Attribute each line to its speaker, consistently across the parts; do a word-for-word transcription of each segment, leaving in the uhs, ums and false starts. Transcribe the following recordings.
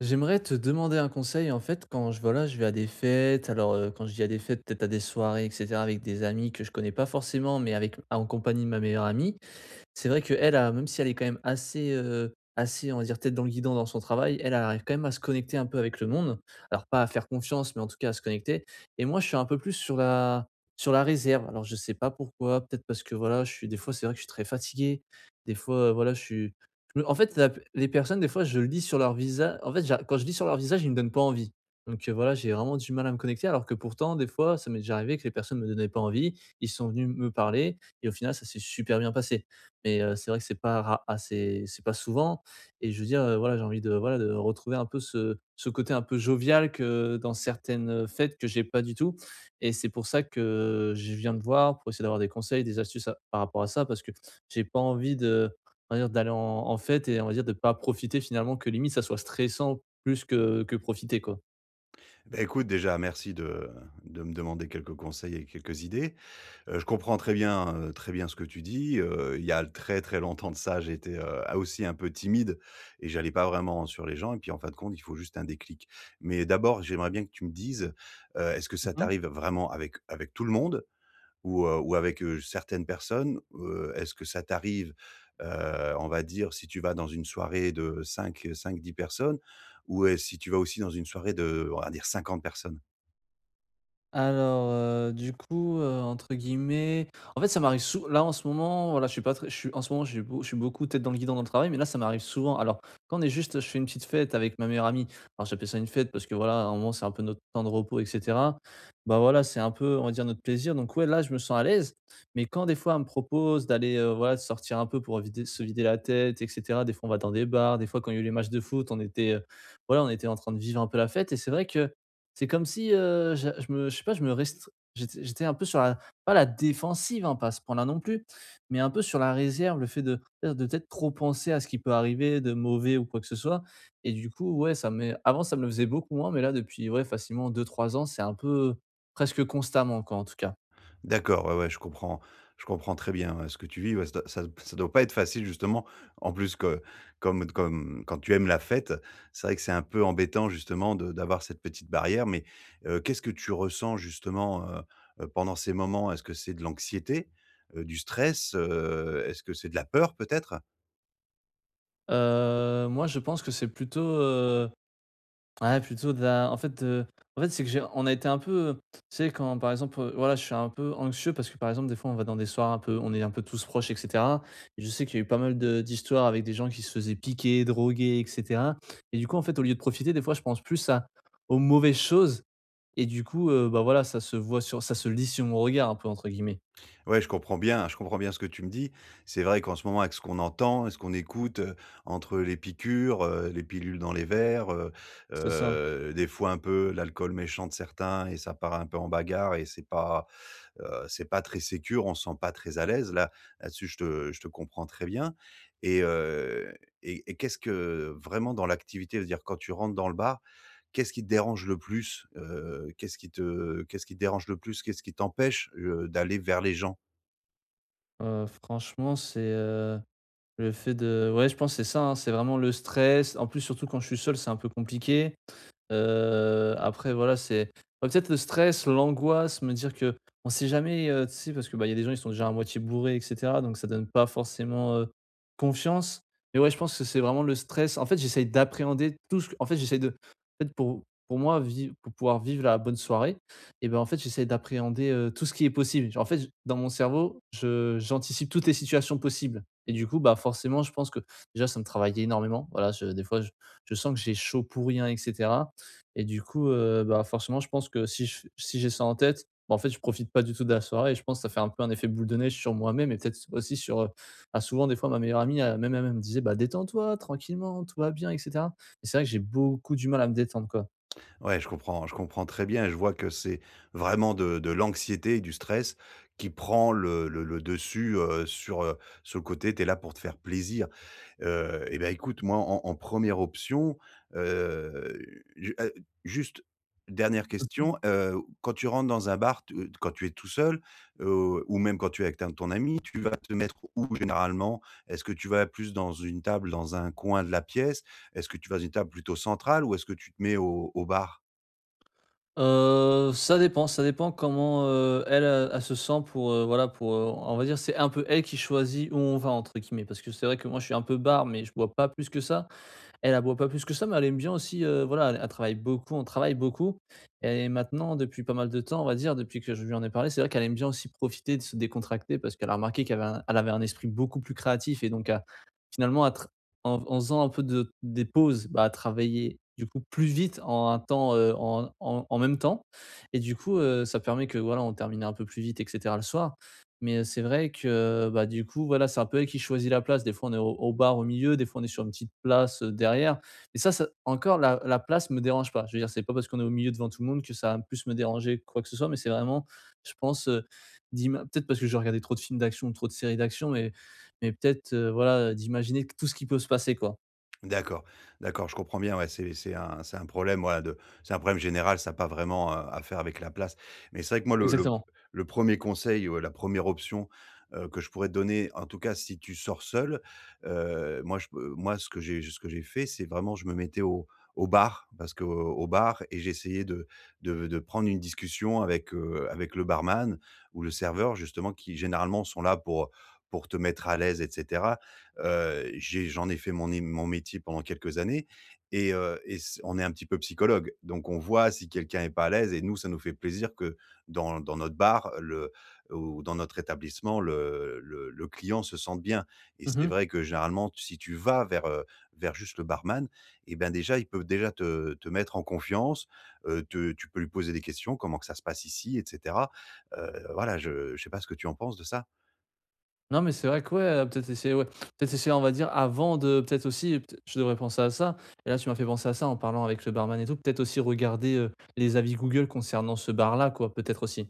Speaker 1: J'aimerais te demander un conseil. En fait, quand je, voilà, je vais à des fêtes. Alors euh, quand je dis à des fêtes, peut-être à des soirées, et cetera, avec des amis que je connais pas forcément, mais avec en compagnie de ma meilleure amie. C'est vrai que elle a même si elle est quand même assez, heu, assez, on va dire, tête dans le guidon dans son travail, elle arrive quand même à se connecter un peu avec le monde. Alors pas à faire confiance, mais en tout cas à se connecter, et moi, je suis un peu plus sur la sur la réserve. Alors je sais pas pourquoi, peut-être parce que, voilà, je suis des fois, c'est vrai que je suis très fatigué, des fois, heu, voilà, je suis je me en fait, la les personnes, des fois, je lis sur leur visage. En fait, j'a quand je lis sur leur visage, ils me donnent pas envie. Donc heu, voilà, j'ai vraiment du mal à me connecter, alors que pourtant, des fois, ça m'est déjà arrivé que les personnes me donnaient pas envie, ils sont venus me parler et au final, ça s'est super bien passé. Mais, heu, c'est vrai que c'est pas ra assez c'est pas souvent, et je veux dire, heu, voilà, j'ai envie de voilà, de retrouver un peu ce ce côté un peu jovial que dans certaines fêtes que j'ai pas du tout. Et c'est pour ça que je viens de voir pour essayer d'avoir des conseils, des astuces à par rapport à ça, parce que j'ai pas envie de, on va dire, d'aller en en fête et on va dire de pas profiter, finalement, que limite ça soit stressant plus que que profiter, quoi.
Speaker 2: Bah, écoute, déjà, merci de de me demander quelques conseils et quelques idées. Heu, je comprends très bien, heu, très bien ce que tu dis. Heu, il y a très, très longtemps de ça, j'étais, heu, ah aussi un peu timide et j'allais pas vraiment sur les gens et puis, en fin de compte, il faut juste un déclic. Mais d'abord, j'aimerais bien que tu me dises, heu, est-ce que ça t'arrive vraiment avec avec tout le monde? ou, heu, ou avec, heu, certaines personnes? Heu, est-ce que ça t'arrive, heu, on va dire, si tu vas dans une soirée de cinq, cinq, dix personnes ou, heu, si tu vas aussi dans une soirée de, on va dire, cinquante personnes?
Speaker 1: Alors, heu, du coup, heu, entre guillemets, en fait, ça m'arrive sou là, en ce moment, voilà, je suis pas très je suis en ce moment, je suis beau je suis beaucoup tête dans le guidon dans le travail, mais là, ça m'arrive souvent. Alors, quand on est juste je fais une petite fête avec ma meilleure amie. Alors, j'appelle ça une fête parce que, voilà, à un moment, c'est un peu notre temps de repos et cetera. Bah, voilà, c'est un peu, on va dire, notre plaisir. Donc ouais, là, je me sens à l'aise, mais quand des fois, on me propose d'aller, heu, voilà, de sortir un peu pour vider se vider la tête et cetera. Des fois, on va dans des bars, des fois, quand il y a eu les matchs de foot, on était, heu, voilà, on était en train de vivre un peu la fête, et c'est vrai que c'est comme si, heu, je je me je sais pas, je me restr j'étais j'étais un peu sur la, pas la défensive, hein, pas à ce point-là non plus, mais un peu sur la réserve. Le fait de de peut-être trop penser à ce qui peut arriver de mauvais ou quoi que ce soit. Et du coup, ouais, ça m'est avant, ça me le faisait beaucoup moins, mais là, depuis, ouais, facilement deux trois ans, c'est un peu presque constamment, quoi, en tout cas.
Speaker 2: D'accord, ouais, ouais, je comprends je comprends très bien, ouais, ce que tu vis, ouais, ça doit ça ça doit pas être facile justement. En plus que comme comme quand tu aimes la fête, c'est vrai que c'est un peu embêtant justement de d'avoir cette petite barrière mais, heu, qu'est-ce que tu ressens justement, heu heu, pendant ces moments? Est-ce que c'est de l'anxiété, heu, du stress, heu, est-ce que c'est de la peur peut-être?
Speaker 1: Heu, moi, je pense que c'est plutôt, ouais, plutôt de la, en fait, heu, en fait, c'est que j'ai on a été un peu, tu sais, quand par exemple, heu, voilà, je suis un peu anxieux parce que par exemple des fois on va dans des soirées, un peu on est un peu tous proches et cetera, et je sais qu'il y a eu pas mal de d'histoires avec des gens qui se faisaient piquer, droguer et cetera. Et du coup, en fait, au lieu de profiter, des fois, je pense plus à aux mauvaises choses. Et du coup, heu, bah, voilà, ça se voit sur ça se lit sur mon regard un peu, entre guillemets.
Speaker 2: Ouais, je comprends bien, je comprends bien ce que tu me dis. C'est vrai qu'en ce moment, avec ce qu'on entend et ce qu'on écoute, heu, entre les piqûres, heu, les pilules dans les verres, heu
Speaker 1: C'est ça.
Speaker 2: heu, des fois un peu l'alcool méchant de certains et ça part un peu en bagarre et c'est pas, heu, c'est pas très sécure, on se sent pas très à l'aise. Là, là-dessus, je te je te comprends très bien et heu et et qu'est-ce que vraiment dans l'activité, c'est-à-dire quand tu rentres dans le bar, qu'est-ce qui te dérange le plus? Heu, qu'est-ce qui te qu'est-ce qui te dérange le plus? Qu'est-ce qui t'empêche, heu, d'aller vers les gens?
Speaker 1: Heu, franchement, c'est, heu, le fait de, ouais, je pense que c'est ça, hein, c'est vraiment le stress. En plus, surtout quand je suis seul, c'est un peu compliqué. Heu, après voilà, c'est bah, peut-être le stress, l'angoisse, me dire que on sait jamais, heu, tu sais, parce que, bah, il y a des gens, ils sont déjà à moitié bourrés et cetera, donc ça donne pas forcément, heu, confiance. Mais ouais, je pense que c'est vraiment le stress. En fait, j'essaye d'appréhender tout ce que en fait, j'essaye de en fait, pour pour moi, vivre pour pouvoir vivre la bonne soirée, et ben, en fait, j'essaye d'appréhender, heu, tout ce qui est possible. Genre, en fait, dans mon cerveau, je j'anticipe toutes les situations possibles, et du coup, bah, forcément, je pense que déjà, ça me travaille énormément. Voilà, je des fois, je je sens que j'ai chaud pour rien, etc. Et du coup, heu, bah, forcément, je pense que si je si j'ai ça en tête, bah, en fait, je profite pas du tout de la soirée, et je pense que ça fait un peu un effet boule de neige sur moi-même, et peut-être aussi sur, heu, bah, souvent des fois ma meilleure amie, elle même elle me disait: «Bah, détends-toi tranquillement, tout va bien et cetera». Et c'est vrai que j'ai beaucoup du mal à me détendre, quoi.
Speaker 2: Ouais, je comprends, je comprends très bien. Je vois que c'est vraiment de, de l'anxiété et du stress qui prend le, le- le dessus euh, sur, euh, sur le côté. Tu es là pour te faire plaisir. Euh, eh bien, écoute, moi, en, en première option, euh, ju- euh, juste dernière question. Euh, quand tu rentres dans un bar, tu- quand tu es tout seul, euh, ou même quand tu es avec ton ton ami, tu vas te mettre où généralement? Est-ce que tu vas plus dans une table, dans un coin de la pièce? Est-ce que tu vas à une table plutôt centrale ou est-ce que tu te mets au, au bar?
Speaker 1: Heu, ça dépend, ça dépend comment, heu, elle, heu, elle se sent pour, heu, voilà, pour, heu, on va dire, c'est un peu elle qui choisit où on va, entre guillemets. Parce que c'est vrai que moi, je suis un peu bar, mais je bois pas plus que ça. Elle, elle boit pas plus que ça, mais elle aime bien aussi, heu, voilà, elle elle travaille beaucoup, on travaille beaucoup, et maintenant, depuis pas mal de temps, on va dire, depuis que je lui en ai parlé, c'est vrai qu'elle aime bien aussi profiter de se décontracter parce qu'elle a remarqué qu'elle avait un elle avait un esprit beaucoup plus créatif. Et donc, heu, finalement, à tr en en faisant un peu de des pauses, bah, à travailler du coup plus vite en un temps, heu, en en en même temps. Et du coup, heu, ça permet que voilà, on termine un peu plus vite et cetera le soir. Mais, heu, c'est vrai que, euh, bah, du coup, voilà, c'est un peu elle qui choisit la place. Des fois, on est au au bar au milieu, des fois, on est sur une petite place, heu, derrière. Et ça ça encore la la place me dérange pas. Je veux dire, c'est pas parce qu'on est au milieu devant tout le monde que ça va plus me déranger quoi que ce soit, mais c'est vraiment, je pense, heu, d'ima peut-être parce que je regardais trop de films d'action ou trop de séries d'action, mais mais peut-être, heu, voilà, d'imaginer tout ce qui peut se passer, quoi.
Speaker 2: D'accord, d'accord, je comprends bien, ouais, c'est c'est un c'est un problème, voilà, de c'est un problème général, ça a pas vraiment, heu, à faire avec la place. Mais c'est vrai que moi, le le
Speaker 1: Exactement.
Speaker 2: le premier conseil ou la première option, heu, que je pourrais te donner, en tout cas, si tu sors seul, heu, moi, je peux moi, ce que j'ai ce que j'ai fait, c'est vraiment je me mettais au au bar, parce qu'au au bar et j'essayais de de de prendre une discussion avec, heu, avec le barman ou le serveur, justement, qui généralement sont là pour, pour te mettre à l'aise et cetera. Heu, j'ai j'en ai fait mon é mon métier pendant quelques années et heu et c on est un petit peu psychologue. Donc on voit si quelqu'un est pas à l'aise et nous, ça nous fait plaisir que dans dans notre bar, le ou dans notre établissement, le le le client se sente bien et c'est
Speaker 1: Mmh.
Speaker 2: vrai que généralement, si tu vas vers, heu, vers juste le barman et ben, déjà, il peut déjà te te mettre en confiance, heu, te tu peux lui poser des questions: «Comment que ça se passe ici?» et cetera. Heu, voilà, je je sais pas ce que tu en penses de ça?
Speaker 1: Non, mais c'est vrai que, ouais, heu, peut-être essayer, ouais, peut-être essayer, on va dire, avant de peut-être aussi, peut je devrais penser à ça, et là, tu m'as fait penser à ça en parlant avec le barman et tout. Peut-être aussi regarder, heu, les avis Google concernant ce bar-là, quoi, peut-être aussi.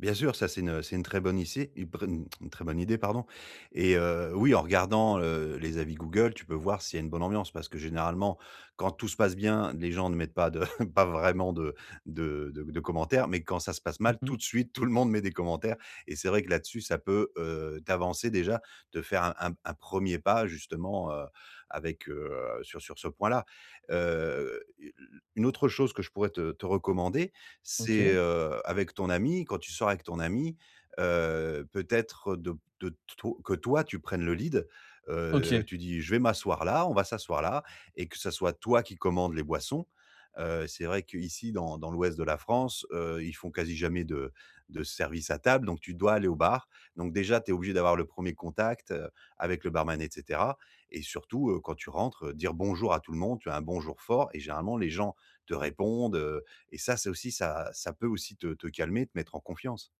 Speaker 2: Bien sûr, ça c'est une c'est une très bonne idée. une pr une très bonne idée, pardon. Et heu, oui, en regardant, heu, les avis Google, tu peux voir s'il y a une bonne ambiance parce que généralement, quand tout se passe bien, les gens ne mettent pas de pas vraiment de de de de commentaires, mais quand ça se passe mal,
Speaker 1: Mmh.
Speaker 2: tout de suite, tout le monde met des commentaires et c'est vrai que là-dessus, ça peut, heu, t'avancer déjà, te faire un un un premier pas justement, heu, avec, heu, sur sur ce point-là. Heu, une autre chose que je pourrais te te recommander,
Speaker 1: OK.
Speaker 2: c'est, heu, avec ton ami, quand tu sors avec ton ami, heu, peut-être de de to que toi tu prennes le lead, heu,
Speaker 1: OK.
Speaker 2: tu dis: «Je vais m'asseoir là, on va s'asseoir là» et que ça soit toi qui commandes les boissons. Heu, c'est vrai qu'ici dans dans l'ouest de la France, heu, ils font quasi jamais de de service à table, donc tu dois aller au bar. Donc déjà, tu es obligé d'avoir le premier contact, heu, avec le barman et cetera et surtout, heu, quand tu rentres, heu, dire bonjour à tout le monde, tu as un bonjour fort et généralement les gens te répondent, et ça, c'est aussi ça ça peut aussi te te calmer, te mettre en confiance.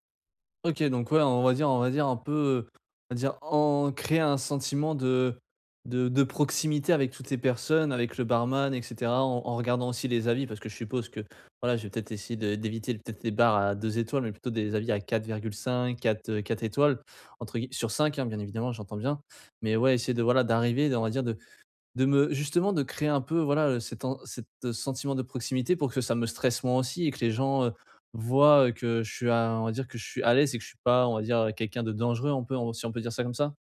Speaker 1: OK, donc ouais, on va dire, on va dire un peu, heu, on va dire en créer un sentiment de de de proximité avec toutes ces personnes, avec le barman et cetera, en en regardant aussi les avis, parce que je suppose que, voilà, je vais peut-être essayer de d'éviter peut-être les bars à deux étoiles, mais plutôt des avis à quatre virgule cinq, quatre, heu, quatre étoiles, entre gui sur cinq, hein, bien évidemment, j'entends bien. Mais ouais, essayer de, voilà, d'arriver, on va dire de de me justement, de créer un peu, voilà, heu, cet en cet, heu, sentiment de proximité pour que ça me stresse moins aussi, et que les gens, heu, voient, heu, que je suis à, on va dire, que je suis à l'aise et que je suis pas, on va dire, quelqu'un de dangereux, on peut, on si on peut dire ça comme ça?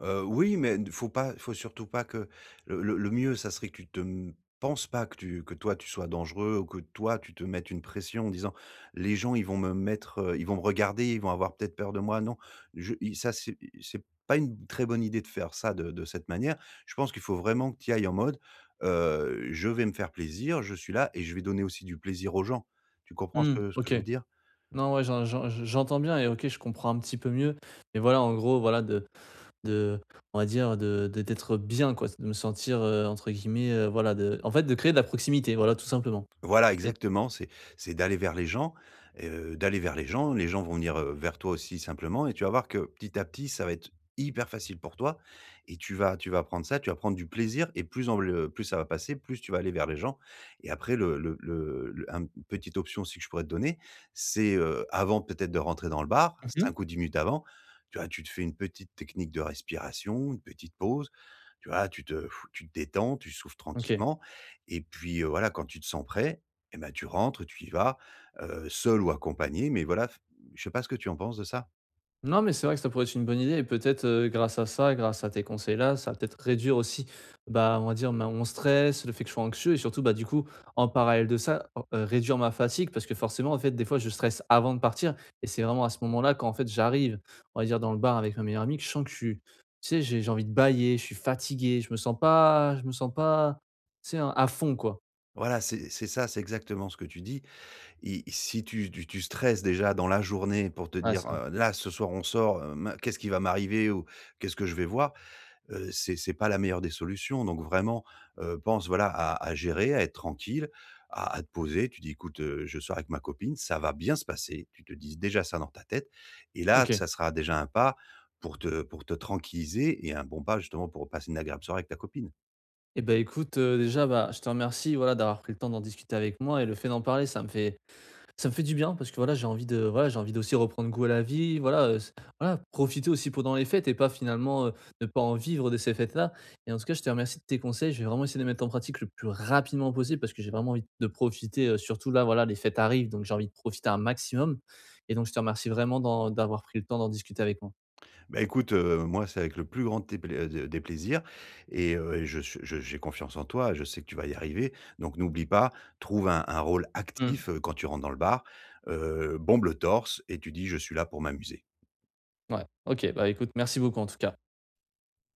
Speaker 2: Heu, oui, mais ne faut pas faut surtout pas que le le le mieux, ça serait que tu te m penses pas que tu que toi, tu sois dangereux ou que toi, tu te mettes une pression en disant: «Les gens, ils vont me mettre, heu, ils vont me regarder, ils vont avoir peut-être peur de moi». Non, je i ça, c'est c'est pas une très bonne idée de faire ça de de cette manière. Je pense qu'il faut vraiment que tu y ailles en mode, heu: «Je vais me faire plaisir, je suis là et je vais donner aussi du plaisir aux gens». Tu comprends ce
Speaker 1: Hmm.
Speaker 2: que ce que
Speaker 1: OK.
Speaker 2: je veux dire?
Speaker 1: Non, ouais, j'en j'en j'entends bien, et OK, je comprends un petit peu mieux. Mais voilà, en gros, voilà, de De on va dire de de d'être bien quoi, de me sentir, heu, entre guillemets, heu, voilà, de, en fait, de créer de la proximité, voilà, tout simplement.
Speaker 2: Voilà,
Speaker 1: Et
Speaker 2: exactement, c'est c'est d'aller vers les gens, heu, d'aller vers les gens, les gens vont venir, heu, vers toi aussi simplement et tu vas voir que petit à petit, ça va être hyper facile pour toi et tu vas tu vas prendre ça, tu vas prendre du plaisir et plus en le plus ça va passer, plus tu vas aller vers les gens et après le le le le un une petite option aussi que je pourrais te donner, c'est, heu, avant peut-être de rentrer dans le bar,
Speaker 1: mmh.
Speaker 2: cinq ou dix minutes avant, tu vois, tu te fais une petite technique de respiration, une petite pause, tu vois, tu te tu te détends, tu souffles
Speaker 1: OK.
Speaker 2: tranquillement et puis, heu, voilà, quand tu te sens prêt, et ben tu rentres, tu y vas, heu, seul ou accompagné, mais voilà, f je sais pas ce que tu en penses de ça?
Speaker 1: Non, mais c'est vrai que ça pourrait être une bonne idée, et peut-être, heu, grâce à ça, grâce à tes conseils-là, ça va peut-être réduire aussi, bah, on va dire, ma mon stress, le fait que je sois anxieux, et surtout, bah, du coup, en parallèle de ça, r réduire ma fatigue, parce que forcément, en fait, des fois, je stresse avant de partir, et c'est vraiment à ce moment-là quand, en fait, j'arrive, on va dire, dans le bar avec ma meilleure amie, que je sens que je suis, tu sais, j'ai j'ai envie de bâiller, je suis fatigué, je me sens pas je me sens pas, tu sais, hein, à fond, quoi.
Speaker 2: Voilà, c'est c'est ça, c'est exactement ce que tu dis. I si tu tu tu stresses déjà dans la journée pour te
Speaker 1: Ouais,
Speaker 2: dire,
Speaker 1: c'est vrai.
Speaker 2: heu: «Là, ce soir, on sort, heu, min qu'est-ce qui va m'arriver?» ou «Qu'est-ce que je vais voir?» heu, c'est c'est pas la meilleure des solutions. Donc vraiment, heu, pense voilà à à gérer, à être tranquille, à à te poser. Tu dis: «Écoute, heu, je sors avec ma copine, ça va bien se passer». Tu te dis déjà ça dans ta tête et là,
Speaker 1: OK.
Speaker 2: ça sera déjà un pas pour te pour te tranquilliser et un bon pas justement pour passer une agréable soirée avec ta copine.
Speaker 1: Eh ben écoute, heu, déjà, bah, je te remercie, voilà, d'avoir pris le temps d'en discuter avec moi, et le fait d'en parler, ça me fait, ça me fait du bien, parce que voilà, j'ai envie de voilà, j'ai envie d'aussi reprendre goût à la vie, voilà, heu, s voilà, profiter aussi pendant les fêtes et pas finalement, heu, ne pas en vivre de ces fêtes-là. Et en tout cas, je te remercie de tes conseils. Je vais vraiment essayer de les mettre en pratique le plus rapidement possible, parce que j'ai vraiment envie de profiter, heu, surtout là, voilà, les fêtes arrivent, donc j'ai envie de profiter un maximum. Et donc je te remercie vraiment d'en d'avoir pris le temps d'en discuter avec moi.
Speaker 2: Bah, écoute, heu, moi, c'est avec le plus grand des plai heu, des plaisirs et heu je su je j'ai confiance en toi, je sais que tu vas y arriver. Donc n'oublie pas, trouve un un rôle
Speaker 1: Mmh.
Speaker 2: actif, heu, quand tu rentres dans le bar, heu, bombe le torse et tu dis: «Je suis là pour m'amuser».
Speaker 1: Ouais. OK, bah, écoute, merci beaucoup en tout cas.